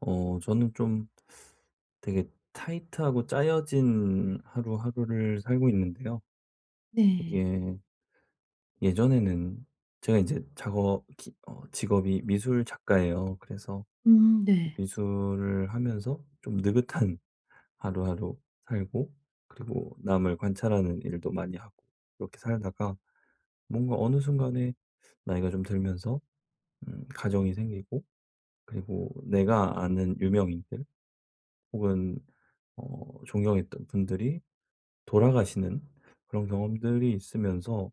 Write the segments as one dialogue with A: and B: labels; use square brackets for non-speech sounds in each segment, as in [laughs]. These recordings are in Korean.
A: 저는 좀 되게 타이트하고 짜여진 하루하루를 살고 있는데요.
B: 네.
A: 이게 예전에는 제가 이제 작업 기 어 직업이 미술 작가예요. 그래서
B: 네.
A: 미술을 하면서 좀 느긋한 하루하루 살고, 그리고 남을 관찰하는 일도 많이 하고 이렇게 살다가, 뭔가 어느 순간에 나이가 좀 들면서 가정이 생기고, 그리고 내가 아는 유명인들 혹은 존경했던 분들이 돌아가시는 그런 경험들이 있으면서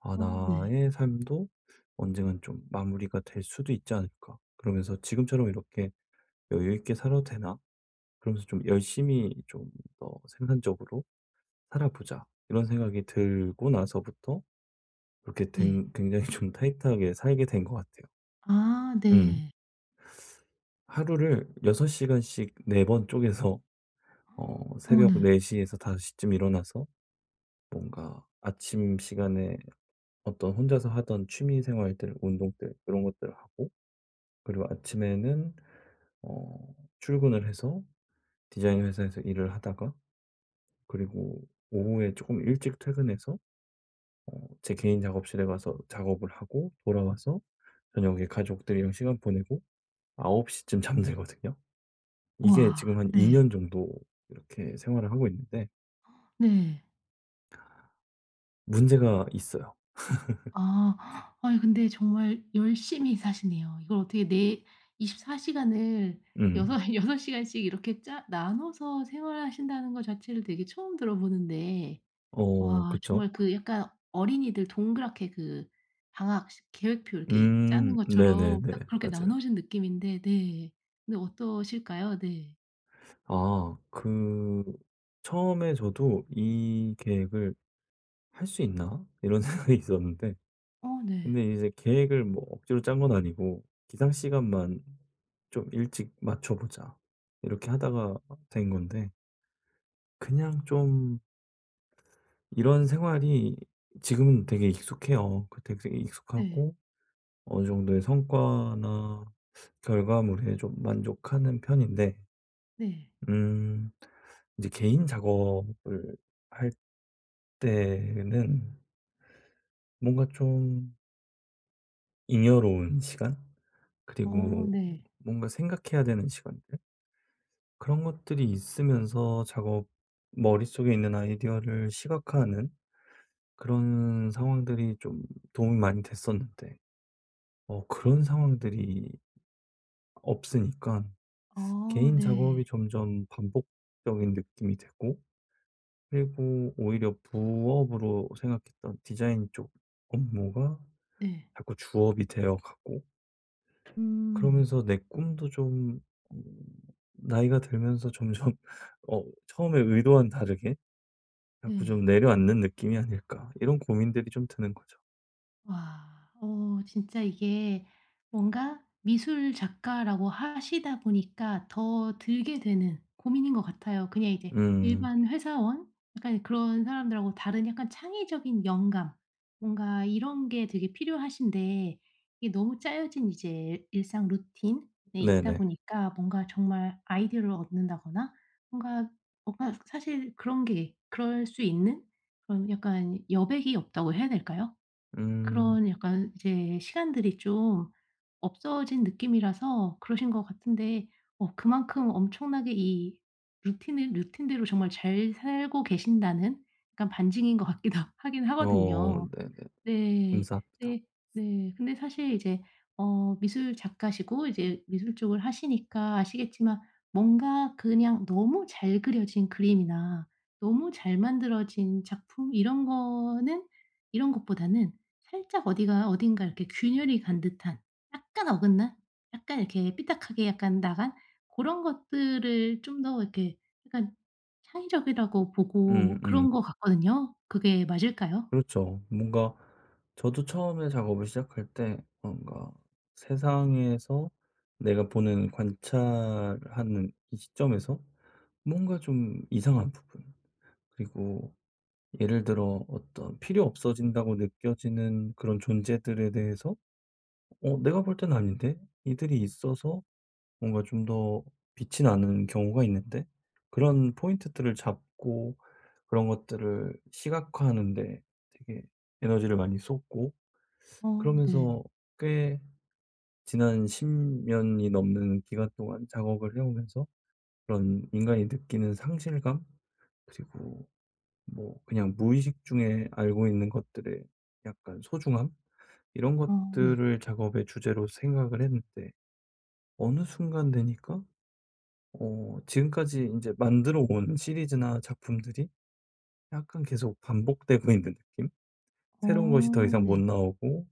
A: '아
B: 어 네.
A: 나의 삶도 언젠간 좀 마무리가 될 수도 있지 않을까.' 그러면서 '지금처럼 이렇게 여유 있게 살아도 되나?' 그러면서 좀 '열심히 좀 더 생산적으로 살아보자.' 이런 생각이 들고 나서부터 그렇게
B: 네.
A: 된, 굉장히 좀 타이트하게 살게 된 것 같아요.
B: 아
A: 음.
B: 네.
A: 하루를 6시간 시간씩 4번 쪼개서,
B: 어
A: 새벽
B: 네.
A: 4시 시에서 5시 시쯤 일어나서, 뭔가 아침 시간에 어떤 혼자서 하던 취미 생활들, 운동들, 이런 것들을 하고, 그리고 아침에는 어 출근을 해서 디자인 회사에서 일을 하다가, 그리고 오후에 조금 일찍 퇴근해서 제 개인 작업실에 가서 작업을 하고 돌아와서, 저녁에 가족들이랑 시간 보내고 9시 시쯤 [laughs] 잠들거든요. 이게
B: 우와.
A: 지금 한 2
B: 네.
A: 년 정도 이렇게 생활을 하고 있는데
B: 네.
A: 문제가 있어요.
B: 아. 아니 근데 정말 열심히 사시네요. 이걸 어떻게 이24 시간을 여섯
A: 음.
B: [laughs] 6 시간씩 이렇게 짜 나눠서 생활하신다는 거 자체를 되게 처음 들어보는데,
A: 어
B: 와
A: 그쵸.
B: 정말 그 약간 어린이들 동그랗게 그 방학 시 계획표 이렇게 짜는
A: 음. 네네네.
B: 것처럼 딱 그렇게
A: 맞아요.
B: 나누신 느낌인데. 네. 근데 어떠실까요? 네.
A: 아 그 처음에 저도 '이 계획을 할 수 있나?' 이런 [laughs] 생각이 있었는데,
B: 어 네.
A: 근데 이제 계획을 뭐 억지로 짠 건 아니고 '기상 시간만 좀 일찍 맞춰 보자.' 이렇게 하다가 된 건데, 그냥 좀 이런 생활이 지금은 되게 익숙해요. 그 되게
B: 네.
A: 익숙하고, 어느 정도의 성과나 결과물에 좀 만족하는 편인데,
B: 네.
A: 음 이제 개인 작업을 할 때는 뭔가 좀 잉여로운 시간? 음.
B: 어
A: 그리고
B: 네.
A: 뭔가 생각해야 되는 시간들? 그런 것들이 있으면서 작업, 머릿속에 있는 아이디어를 시각화하는 그런 상황들이 좀 도움이 많이 됐었는데, 그런 상황들이 없으니까
B: 아
A: 개인 작업이
B: 네.
A: 점점 반복적인 느낌이 되고, 그리고 오히려 부업으로 생각했던 디자인 쪽 업무가
B: 네.
A: 자꾸 주업이 되어 가고,
B: 음.
A: 그러면서 내 꿈도 좀, 음 나이가 들면서 점점 [laughs] 처음에 의도와는 다르게 자꾸
B: 네.
A: 좀 내려앉는 느낌이 아닐까, 이런 고민들이 좀 드는 거죠.
B: 와. 어 진짜 이게 뭔가 미술 작가라고 하시다 보니까 더 들게 되는 고민인 것 같아요. 그냥 이제
A: 음
B: 일반 회사원 약간 그런 사람들하고 다른 약간 창의적인 영감 뭔가 이런 게 되게 필요하신데, 이게 너무 짜여진 이제 일상 루틴에 있다
A: 네네.
B: 보니까 뭔가 정말 아이디어를 얻는다거나 뭔가 뭔가 사실 그런 게 그럴 수 있는 그런 약간 여백이 없다고 해야 될까요?
A: 음.
B: 그런 약간 이제 시간들이 좀 없어진 느낌이라서 그러신 것 같은데, 어 그만큼 엄청나게 이 루틴을 루틴대로 정말 잘 살고 계신다는 약간 반증인 것 같기도 [laughs] 하긴
A: 어
B: 하거든요.
A: 네네.
B: 네.
A: 감사합니다.
B: 네. 네. 근데 사실 이제 어 미술 작가시고 이제 미술 쪽을 하시니까 아시겠지만 뭔가 그냥 너무 잘 그려진 그림이나 너무 잘 만들어진 작품 이런 거는 이런 것보다는 살짝 어디가 어딘가 이렇게 균열이 간 듯한 약간 어긋난 약간 이렇게 삐딱하게 약간 나간 고런 것들을 좀 더 이렇게 약간 창의적이라고 보고
A: 음음.
B: 그런 것 같거든요. 그게 맞을까요?
A: 그렇죠. 뭔가 저도 처음에 작업을 시작할 때, 뭔가 세상에서 내가 보는 관찰하는 이 시점에서 뭔가 좀 이상한 부분, 그리고 예를 들어 어떤 필요 없어진다고 느껴지는 그런 존재들에 대해서, 내가 볼 땐 아닌데 이들이 있어서 뭔가 좀 더 빛이 나는 경우가 있는데, 그런 포인트들을 잡고 그런 것들을 시각화하는데 되게 에너지를 많이 쏟고,
B: 어 네.
A: 그러면서 꽤 지난 10년 년이 넘는 기간 동안 작업을 해 오면서, 그런 인간이 느끼는 상실감? 그리고 뭐 그냥 무의식 중에 알고 있는 것들의 약간 소중함? 이런
B: 아 네.
A: 것들을 작업의 주제로 생각을 했는데, 어느 순간 되니까 지금까지 이제 만들어 온 시리즈나 작품들이 약간 계속 반복되고 있는 느낌?
B: 어
A: 새로운 것이 더 이상 못
B: 네.
A: 나오고,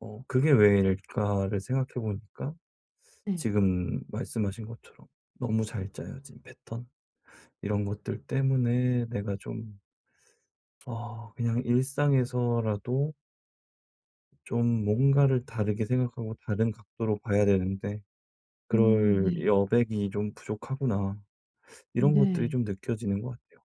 A: '그게 왜일까?'를 생각해 보니까
B: 네.
A: 지금 말씀하신 것처럼 너무 잘 짜여진 패턴, 이런 것들 때문에 내가 좀, 그냥 일상에서라도 좀 뭔가를 다르게 생각하고 다른 각도로 봐야 되는데, 그럴
B: 네.
A: 여백이 좀 부족하구나. 이런 것들이
B: 네.
A: 좀 느껴지는 것 같아요.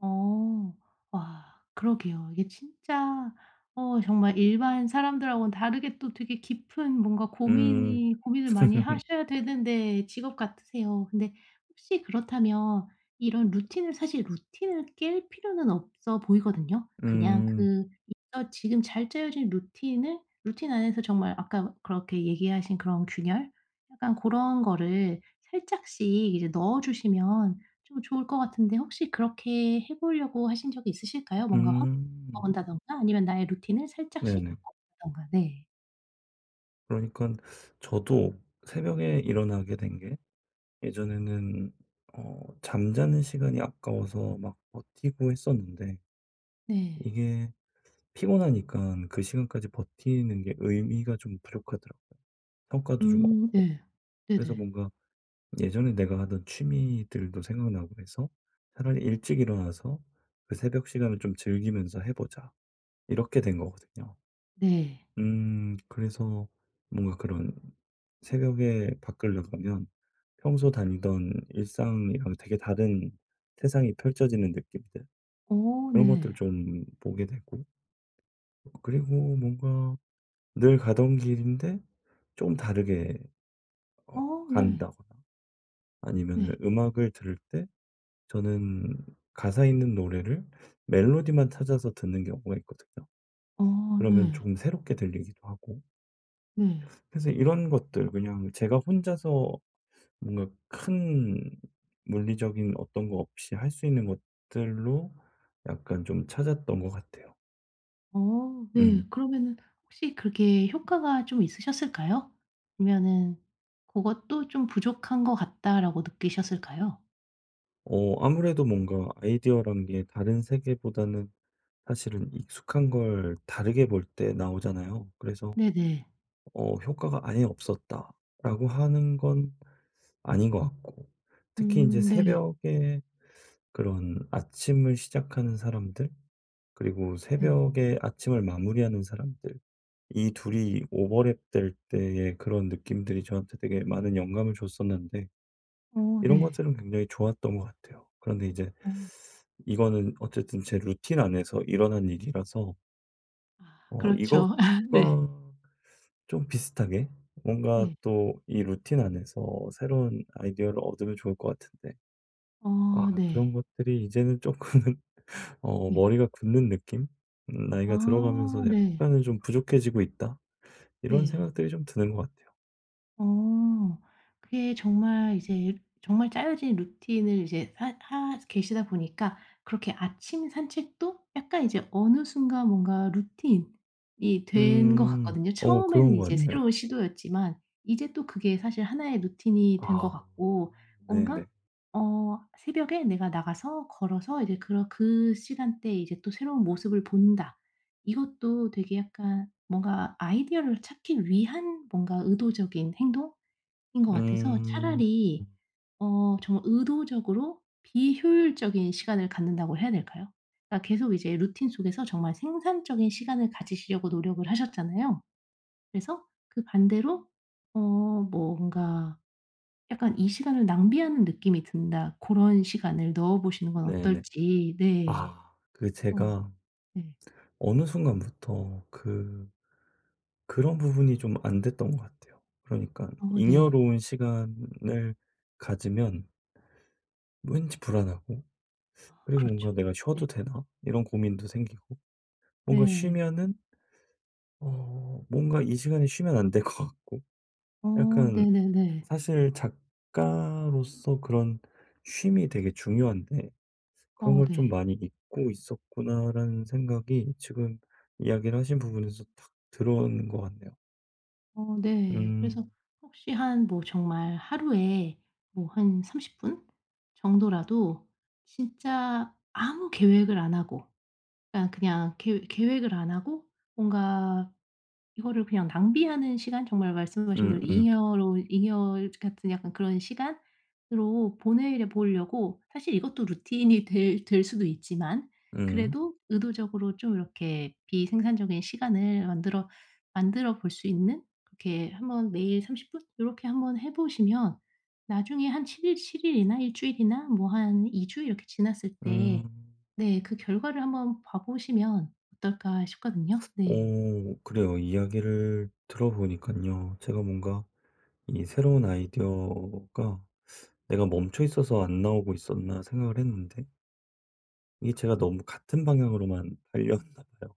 B: 어. 와 그러게요. 이게 진짜 어 정말 일반 사람들하고는 다르게 또 되게 깊은 뭔가
A: 음.
B: 고민이 고민을 많이
A: [laughs]
B: 하셔야 되는데 직업 같으세요. 근데 혹시 그렇다면 이런 루틴을 사실 루틴을 깰 필요는 없어 보이거든요. 그냥
A: 음.
B: 그 있어 지금 잘 짜여진 루틴을 루틴 안에서 정말 아까 그렇게 얘기하신 그런 균열 약간 그런 거를 살짝씩 이제 넣어 주시면 좀 좋을 것 같은데, 혹시 그렇게 해 보려고 하신 적이 있으실까요? 뭔가 확 바꿔
A: 음.
B: 본다든가 아니면 나의 루틴을 살짝씩
A: 네네.
B: 바꿔 본다든가. 네.
A: 그러니까 저도 새벽에 일어나게 된게, 예전에는 잠자는 시간이 아까워서 막 버티고 했었는데
B: 네.
A: 이게 피곤하니까 그 시간까지 버티는 게 의미가 좀 부족하더라고요. 성과도 좀
B: 음.
A: 없고.
B: 네.
A: 그래서
B: 네네.
A: 뭔가 예전에 내가 하던 취미들도 생각나고 해서 차라리 일찍 일어나서 그 새벽 시간을 좀 즐기면서 해 보자, 이렇게 된 거거든요.
B: 네.
A: 그래서 뭔가 그런, 새벽에 밖을 나가면 평소 다니던 일상이랑 되게 다른 세상이 펼쳐지는 느낌들,
B: 어
A: 그런 것들
B: 네.
A: 좀 보게 되고, 그리고 뭔가 늘 가던 길인데 좀 다르게 어
B: 어 네.
A: 간다거나, 아니면
B: 네.
A: 음악을 들을 때 저는 가사 있는 노래를 멜로디만 찾아서 듣는 경우가 있거든요.
B: 어
A: 그러면
B: 네.
A: 조금 새롭게 들리기도 하고.
B: 네.
A: 그래서 이런 것들 그냥 제가 혼자서 뭔가 큰 물리적인 어떤 거 없이 할 수 있는 것들로 약간 좀 찾았던 것 같아요.
B: 어 네.
A: 음.
B: 그러면은 혹시 그렇게 효과가 좀 있으셨을까요? 아니면은 '고것도 좀 부족한 것 같다.'라고 느끼셨을까요?
A: 아무래도 뭔가 아이디어란 게 다른 세계보다는 사실은 익숙한 걸 다르게 볼 때 나오잖아요. 그래서
B: 네네.
A: '효과가 아예 없었다.'라고 하는 건 아닌 것 같고, 특히 이제
B: 네.
A: 새벽에 그런 아침을 시작하는 사람들, 그리고
B: 네.
A: 새벽에 아침을 마무리하는 사람들, 이 둘이 오버랩 될 때의 그런 느낌들이 저한테 되게 많은 영감을 줬었는데,
B: 어
A: 이런
B: 네.
A: 것들은 굉장히 좋았던 것 같아요. 그런데 이제
B: 어.
A: 이거는 어쨌든 제 루틴 안에서 일어난 일이라서
B: 아 그렇죠. [laughs] 네.
A: 이것과 좀 비슷하게 뭔가
B: 네.
A: 또 이 루틴 안에서 새로운 아이디어를 얻으면 좋을 것 같은데,
B: 어
A: 아 그런
B: 네.
A: 것들이 이제는 조금 은 [laughs]
B: 네.
A: 머리가 굳는 느낌? '나이가
B: 아
A: 들어가면서
B: 네.
A: 약간은 좀 부족해지고 있다.' 이런
B: 네.
A: 생각들이 좀 드는 것 같아요.
B: 어. 그게 정말 이제 정말 짜여진 루틴을 이제 하 계시다 보니까 그렇게 아침 산책도 약간 이제 어느 순간 뭔가 루틴이 된 것
A: 음.
B: 같거든요.
A: 어
B: 처음에는
A: 그런 것
B: 이제
A: 같네요.
B: 새로운 시도였지만 이제 또 그게 사실 하나의 루틴이 된 것
A: 아
B: 같고,
A: 네네.
B: 뭔가 어 새벽에 내가 나가서 걸어서 이제 그런 그 시간대에 이제 또 새로운 모습을 본다. 이것도 되게 약간 뭔가 아이디어를 찾기 위한 뭔가 의도적인 행동인 것 같아서,
A: 음
B: 차라리 어 정말 의도적으로 비효율적인 시간을 갖는다고 해야 될까요? 그러니까 계속 이제 루틴 속에서 정말 생산적인 시간을 가지시려고 노력을 하셨잖아요. 그래서 그 반대로 어 뭐 뭔가 약간 '이 시간을 낭비하는 느낌이 든다.' 고런 시간을 넣어 보시는 건
A: 네네.
B: 어떨지. 네.
A: 아 그
B: 어
A: 제가
B: 네.
A: 어느 순간부터 그 그런 부분이 좀 안 됐던 것 같아요. 그러니까
B: 어 네.
A: 잉여로운 시간을 가지면 왠지 불안하고,
B: 아
A: 그리고 뭔가
B: 그렇죠.
A: '내가
B: 네.
A: 쉬어도 되나?' 이런 고민도 생기고, 뭔가
B: 네.
A: 쉬면은 뭔가 이 시간에 쉬면 안 될 것 같고
B: 어
A: 약간,
B: 네네네.
A: 사실 작가로서 그런 쉼이 되게 중요한데 '그런
B: 어
A: 걸 좀
B: 네.
A: 많이 잊고 있었구나.'라는 생각이 지금 이야기를 하신 부분에서 딱 들어오는 것 같네요.
B: 어 네. 그래서
A: 음.
B: 혹시 한 뭐 정말 하루에 뭐 한 30분 정도라도 진짜 아무 계획을 안 하고, 그러니까 그냥 계 계획을 안 하고 뭔가 이거를 그냥 낭비하는 시간 정말 말씀하신 대로
A: 음음.
B: 잉여 같은 약간 그런 시간으로 보내 보려고, 사실 이것도 루틴이 [laughs] 될 수도 있지만
A: 음. 음.
B: 그래도 의도적으로 좀 이렇게 비생산적인 시간을 만들어 볼 수 있는, 그렇게 한번 매일 30 분 요렇게 한번 해 보시면 나중에 한 7일칠 일이나 일 주일이나 뭐 한 2주 이렇게 지났을 때
A: 음.
B: 네 그 결과를 한번 봐 보시면 어떨까 싶거든요. 네.
A: 오, 그래요. 이야기를 들어보니깐요. 제가 뭔가 이 새로운 아이디어가 '내가 멈춰 있어서 안 나오고 있었나.' 생각을 했는데, 이게 제가 너무 같은 방향으로만 [laughs] 달렸나 봐요.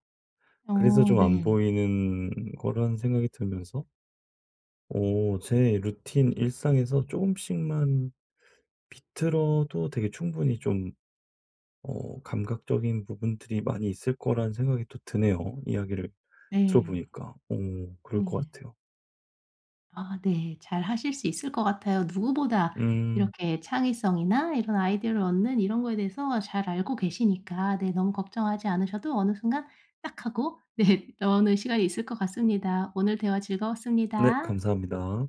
A: 그래서
B: 어
A: 좀 안
B: 네.
A: 보이는 거란 생각이 들면서, 제 루틴 일상에서 조금씩만 비틀어도 되게 충분히 좀 감각적인 부분들이 많이 있을 거란 생각이 또 드네요, 이야기를
B: 네.
A: 들어보니까. 오 그럴 것
B: 네.
A: 같아요.
B: 아 네. 잘하실 수 있을 것 같아요. 누구보다
A: 음
B: 이렇게 창의성이나 이런 아이디어를 얻는 이런 거에 대해서 잘 알고 계시니까, 네 너무 걱정하지 않으셔도 어느 순간 딱 하고 네 [laughs] 나오는 시간이 있을 것 같습니다. 오늘 대화
A: 네
B: 즐거웠습니다.
A: 감사합니다.